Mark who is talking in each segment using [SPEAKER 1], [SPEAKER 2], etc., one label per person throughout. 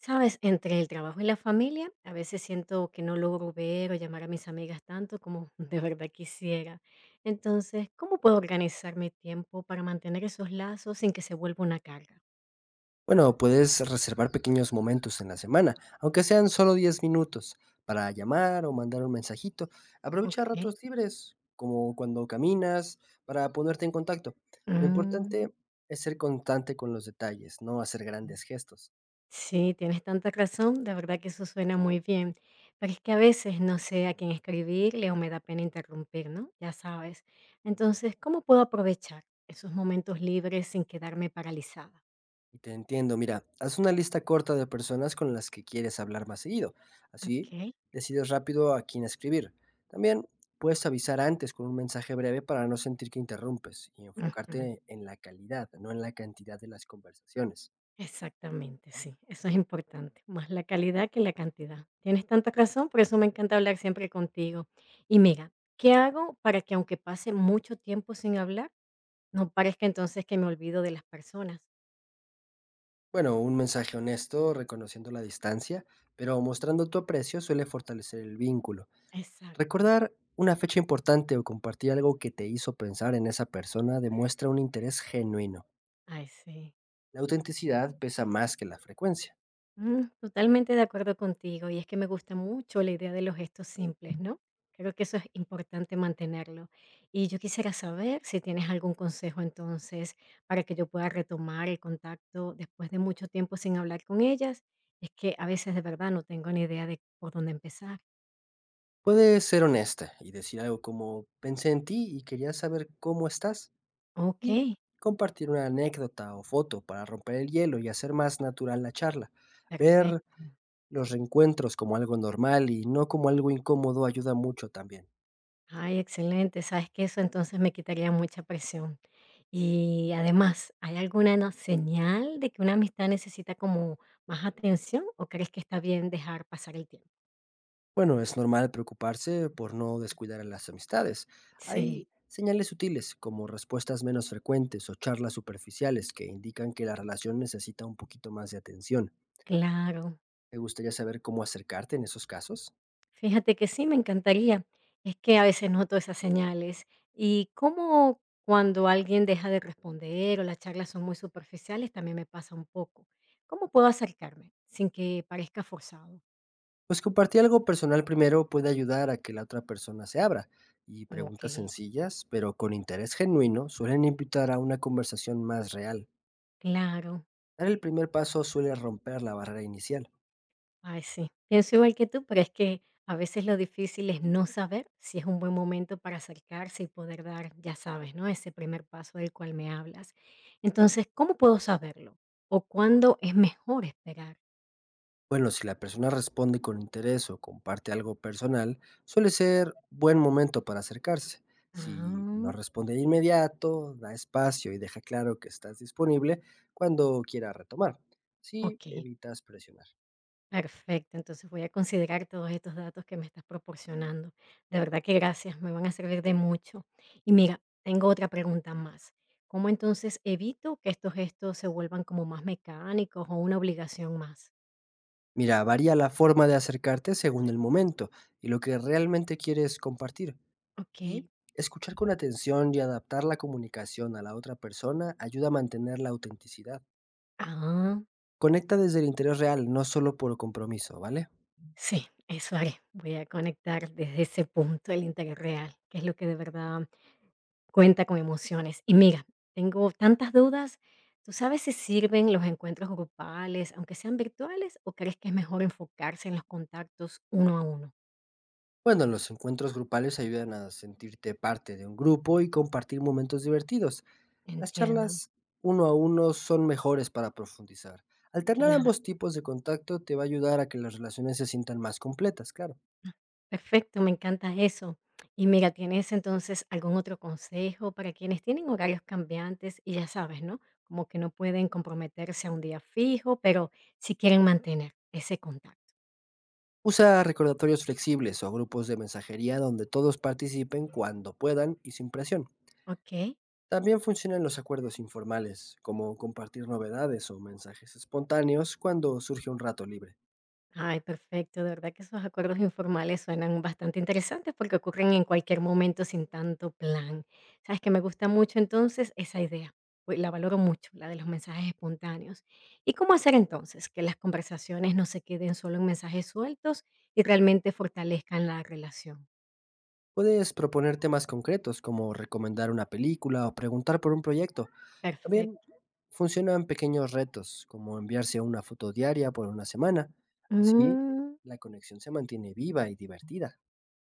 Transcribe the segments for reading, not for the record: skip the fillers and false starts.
[SPEAKER 1] Sabes, entre el trabajo y la familia, a veces siento que no logro ver o llamar a mis amigas tanto como de verdad quisiera. Entonces, ¿cómo puedo organizar mi tiempo para mantener esos lazos sin que se vuelva una carga?
[SPEAKER 2] Bueno, puedes reservar pequeños momentos en la semana, aunque sean solo 10 minutos, para llamar o mandar un mensajito. Aprovecha
[SPEAKER 1] Ok.
[SPEAKER 2] ratos libres, como cuando caminas, para ponerte en contacto. Lo
[SPEAKER 1] Mm,
[SPEAKER 2] importante es ser constante con los detalles, no hacer grandes gestos.
[SPEAKER 1] sí, tienes tanta razón, de verdad que eso suena muy bien. Pero es que a veces no sé a quién escribirle o me da pena interrumpir, ¿no? Ya sabes. Entonces, ¿cómo puedo aprovechar esos momentos libres sin quedarme paralizada?
[SPEAKER 2] Te entiendo, mira, haz una lista corta de personas con las que quieres hablar más seguido, así
[SPEAKER 1] Ok.
[SPEAKER 2] decides rápido a quién escribir. También puedes avisar antes con un mensaje breve para no sentir que interrumpes y
[SPEAKER 1] Ujú.
[SPEAKER 2] enfocarte en la calidad, no en la cantidad de las conversaciones.
[SPEAKER 1] Exactamente, sí, eso es importante, más la calidad que la cantidad. Tienes tanta razón, por eso me encanta hablar siempre contigo. Y mira, ¿qué hago para que aunque pase mucho tiempo sin hablar, no parezca entonces que me olvido de las personas?
[SPEAKER 2] Bueno, un mensaje honesto, reconociendo la distancia, pero mostrando tu aprecio suele fortalecer el vínculo.
[SPEAKER 1] Exacto,
[SPEAKER 2] Recordar una fecha importante o compartir algo que te hizo pensar en esa persona demuestra un interés genuino.
[SPEAKER 1] ay sí.
[SPEAKER 2] La autenticidad pesa más que la frecuencia.
[SPEAKER 1] Mm, totalmente de acuerdo contigo, y es que me gusta mucho la idea de los gestos simples, ¿no? Creo que eso es importante mantenerlo. Y yo quisiera saber si tienes algún consejo entonces para que yo pueda retomar el contacto después de mucho tiempo sin hablar con ellas. Es que a veces de verdad no tengo ni idea de por dónde empezar.
[SPEAKER 2] Puedes ser honesta y decir algo como pensé en ti y quería saber cómo estás
[SPEAKER 1] Ok,
[SPEAKER 2] y compartir una anécdota o foto para romper el hielo y hacer más natural la charla. Ver
[SPEAKER 1] perfecto.
[SPEAKER 2] los reencuentros como algo normal y no como algo incómodo ayuda mucho también.
[SPEAKER 1] Ay, excelente. Sabes que eso entonces me quitaría mucha presión. Y además, ¿hay alguna no señal de que una amistad necesita como más atención o crees que está bien dejar pasar el tiempo?
[SPEAKER 2] Bueno, es normal preocuparse por no descuidar a las amistades.
[SPEAKER 1] Sí,
[SPEAKER 2] Hay señales sutiles como respuestas menos frecuentes o charlas superficiales que indican que la relación necesita un poquito más de atención.
[SPEAKER 1] claro.
[SPEAKER 2] ¿Te gustaría saber cómo acercarte en esos casos?
[SPEAKER 1] Fíjate que sí, me encantaría. Es que a veces noto esas señales. Y como cuando alguien deja de responder o las charlas son muy superficiales, también me pasa un poco. ¿Cómo puedo acercarme sin que parezca forzado?
[SPEAKER 2] Pues compartir algo personal primero puede ayudar a que la otra persona se abra, y
[SPEAKER 1] Ok,
[SPEAKER 2] preguntas sencillas, pero con interés genuino, suelen invitar a una conversación más real.
[SPEAKER 1] claro.
[SPEAKER 2] Dar el primer paso suele romper la barrera inicial.
[SPEAKER 1] Ay, sí. Pienso igual que tú, pero es que a veces lo difícil es no saber si es un buen momento para acercarse y poder dar, ya sabes, ¿no? Ese primer paso del cual me hablas. Entonces, ¿cómo puedo saberlo? ¿O cuándo es mejor esperar?
[SPEAKER 2] Bueno, si la persona responde con interés o comparte algo personal, suele ser buen momento para acercarse. Si
[SPEAKER 1] Ah,
[SPEAKER 2] no responde de inmediato, da espacio y deja claro que estás disponible cuando quiera retomar. Si
[SPEAKER 1] ok.
[SPEAKER 2] evitas presionar.
[SPEAKER 1] Perfecto. Entonces voy a considerar todos estos datos que me estás proporcionando. De verdad que gracias, me van a servir de mucho. Y mira, tengo otra pregunta más. ¿Cómo entonces evito que estos gestos se vuelvan como más mecánicos o una obligación más?
[SPEAKER 2] Mira, varía la forma de acercarte según el momento y lo que realmente quieres compartir.
[SPEAKER 1] Okey.
[SPEAKER 2] Y escuchar con atención y adaptar la comunicación a la otra persona ayuda a mantener la autenticidad.
[SPEAKER 1] Ah,
[SPEAKER 2] Conecta desde el interés real, no solo por compromiso, ¿vale?
[SPEAKER 1] sí, eso haré. Voy a conectar desde ese punto el interés real, que es lo que de verdad cuenta con emociones. Y mira, tengo tantas dudas. ¿Tú sabes si sirven los encuentros grupales, aunque sean virtuales, o crees que es mejor enfocarse en los contactos uno a uno?
[SPEAKER 2] Bueno, los encuentros grupales ayudan a sentirte parte de un grupo y compartir momentos divertidos. Las
[SPEAKER 1] Entiendo,
[SPEAKER 2] charlas uno a uno son mejores para profundizar. Alternar ambos
[SPEAKER 1] claro.
[SPEAKER 2] tipos de contacto te va a ayudar a que las relaciones se sientan más completas, claro.
[SPEAKER 1] Perfecto, me encanta eso. Y mira, ¿tienes entonces algún otro consejo para quienes tienen horarios cambiantes y ya sabes, ¿no? Como que no pueden comprometerse a un día fijo, pero sí quieren mantener ese contacto,
[SPEAKER 2] Usa recordatorios flexibles o grupos de mensajería donde todos participen cuando puedan y sin presión.
[SPEAKER 1] ¿ok?
[SPEAKER 2] También funcionan los acuerdos informales, como compartir novedades o mensajes espontáneos cuando surge un rato libre.
[SPEAKER 1] Ay, perfecto. De verdad que esos acuerdos informales suenan bastante interesantes porque ocurren en cualquier momento sin tanto plan. Sabes que me gusta mucho entonces esa idea. Uy, la valoro mucho, la de los mensajes espontáneos. ¿Y cómo hacer entonces que las conversaciones no se queden solo en mensajes sueltos y realmente fortalezcan la relación?
[SPEAKER 2] Puedes proponer temas concretos como recomendar una película o preguntar por un proyecto. También
[SPEAKER 1] Perfecto.
[SPEAKER 2] funcionan pequeños retos, como enviarse una foto diaria por una semana. Así,
[SPEAKER 1] Mm,
[SPEAKER 2] la conexión se mantiene viva y divertida.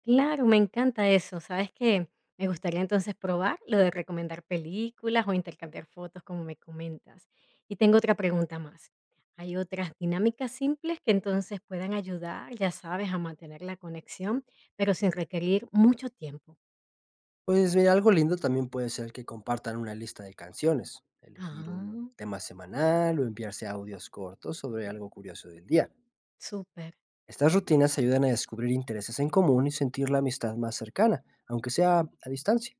[SPEAKER 1] claro, me encanta eso. ¿Sabes qué? Me gustaría entonces probar lo de recomendar películas o intercambiar fotos, como me comentas. Y tengo otra pregunta más. ¿Hay otras dinámicas simples que entonces puedan ayudar, ya sabes, a mantener la conexión, pero sin requerir mucho tiempo?
[SPEAKER 2] Pues mira, algo lindo también puede ser que compartan una lista de canciones, elegir un
[SPEAKER 1] Ah,
[SPEAKER 2] tema semanal o enviarse audios cortos sobre algo curioso del día.
[SPEAKER 1] súper.
[SPEAKER 2] Estas rutinas ayudan a descubrir intereses en común y sentir la amistad más cercana, aunque sea a distancia.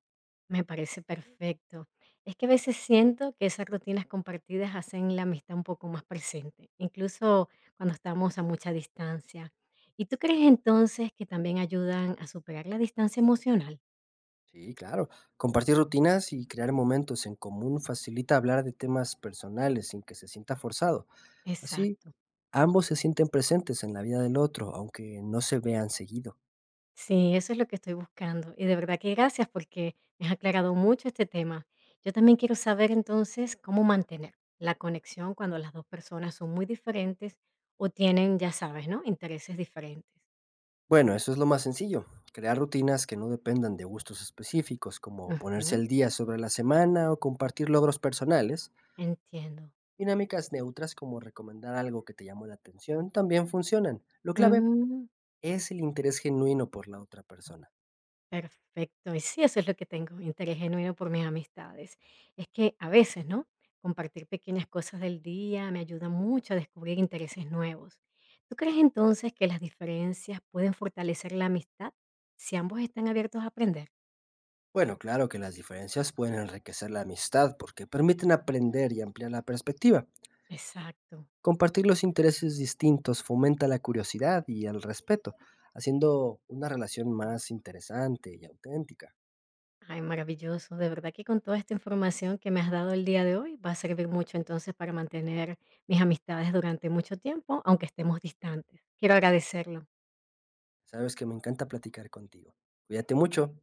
[SPEAKER 1] Me parece perfecto. Es que a veces siento que esas rutinas compartidas hacen la amistad un poco más presente, incluso cuando estamos a mucha distancia. ¿Y tú crees entonces que también ayudan a superar la distancia emocional?
[SPEAKER 2] Sí, claro. Compartir rutinas y crear momentos en común facilita hablar de temas personales sin que se sienta forzado. Así,
[SPEAKER 1] Exacto.
[SPEAKER 2] ambos se sienten presentes en la vida del otro, aunque no se vean seguido.
[SPEAKER 1] Sí, eso es lo que estoy buscando. Y de verdad que gracias porque me has aclarado mucho este tema. Yo también quiero saber entonces cómo mantener la conexión cuando las dos personas son muy diferentes o tienen, ya sabes, ¿no? Intereses diferentes.
[SPEAKER 2] Bueno, eso es lo más sencillo. Crear rutinas que no dependan de gustos específicos, como ponerse
[SPEAKER 1] Ujú,
[SPEAKER 2] al día sobre la semana o compartir logros personales.
[SPEAKER 1] entiendo.
[SPEAKER 2] Dinámicas neutras como recomendar algo que te llamó la atención también funcionan. Lo clave
[SPEAKER 1] Mm,
[SPEAKER 2] es el interés genuino por la otra persona.
[SPEAKER 1] perfecto. Y sí, eso es lo que tengo, interés genuino por mis amistades. Es que a veces, ¿no? Compartir pequeñas cosas del día me ayuda mucho a descubrir intereses nuevos. ¿Tú crees entonces que las diferencias pueden fortalecer la amistad si ambos están abiertos a aprender?
[SPEAKER 2] Bueno, claro que las diferencias pueden enriquecer la amistad porque permiten aprender y ampliar la perspectiva.
[SPEAKER 1] Exacto.
[SPEAKER 2] Compartir los intereses distintos fomenta la curiosidad y el respeto, haciendo una relación más interesante y auténtica.
[SPEAKER 1] Ay, maravilloso. De verdad que con toda esta información que me has dado el día de hoy va a servir mucho entonces para mantener mis amistades durante mucho tiempo, aunque estemos distantes. Quiero agradecerlo.
[SPEAKER 2] Sabes que me encanta platicar contigo. Cuídate mucho.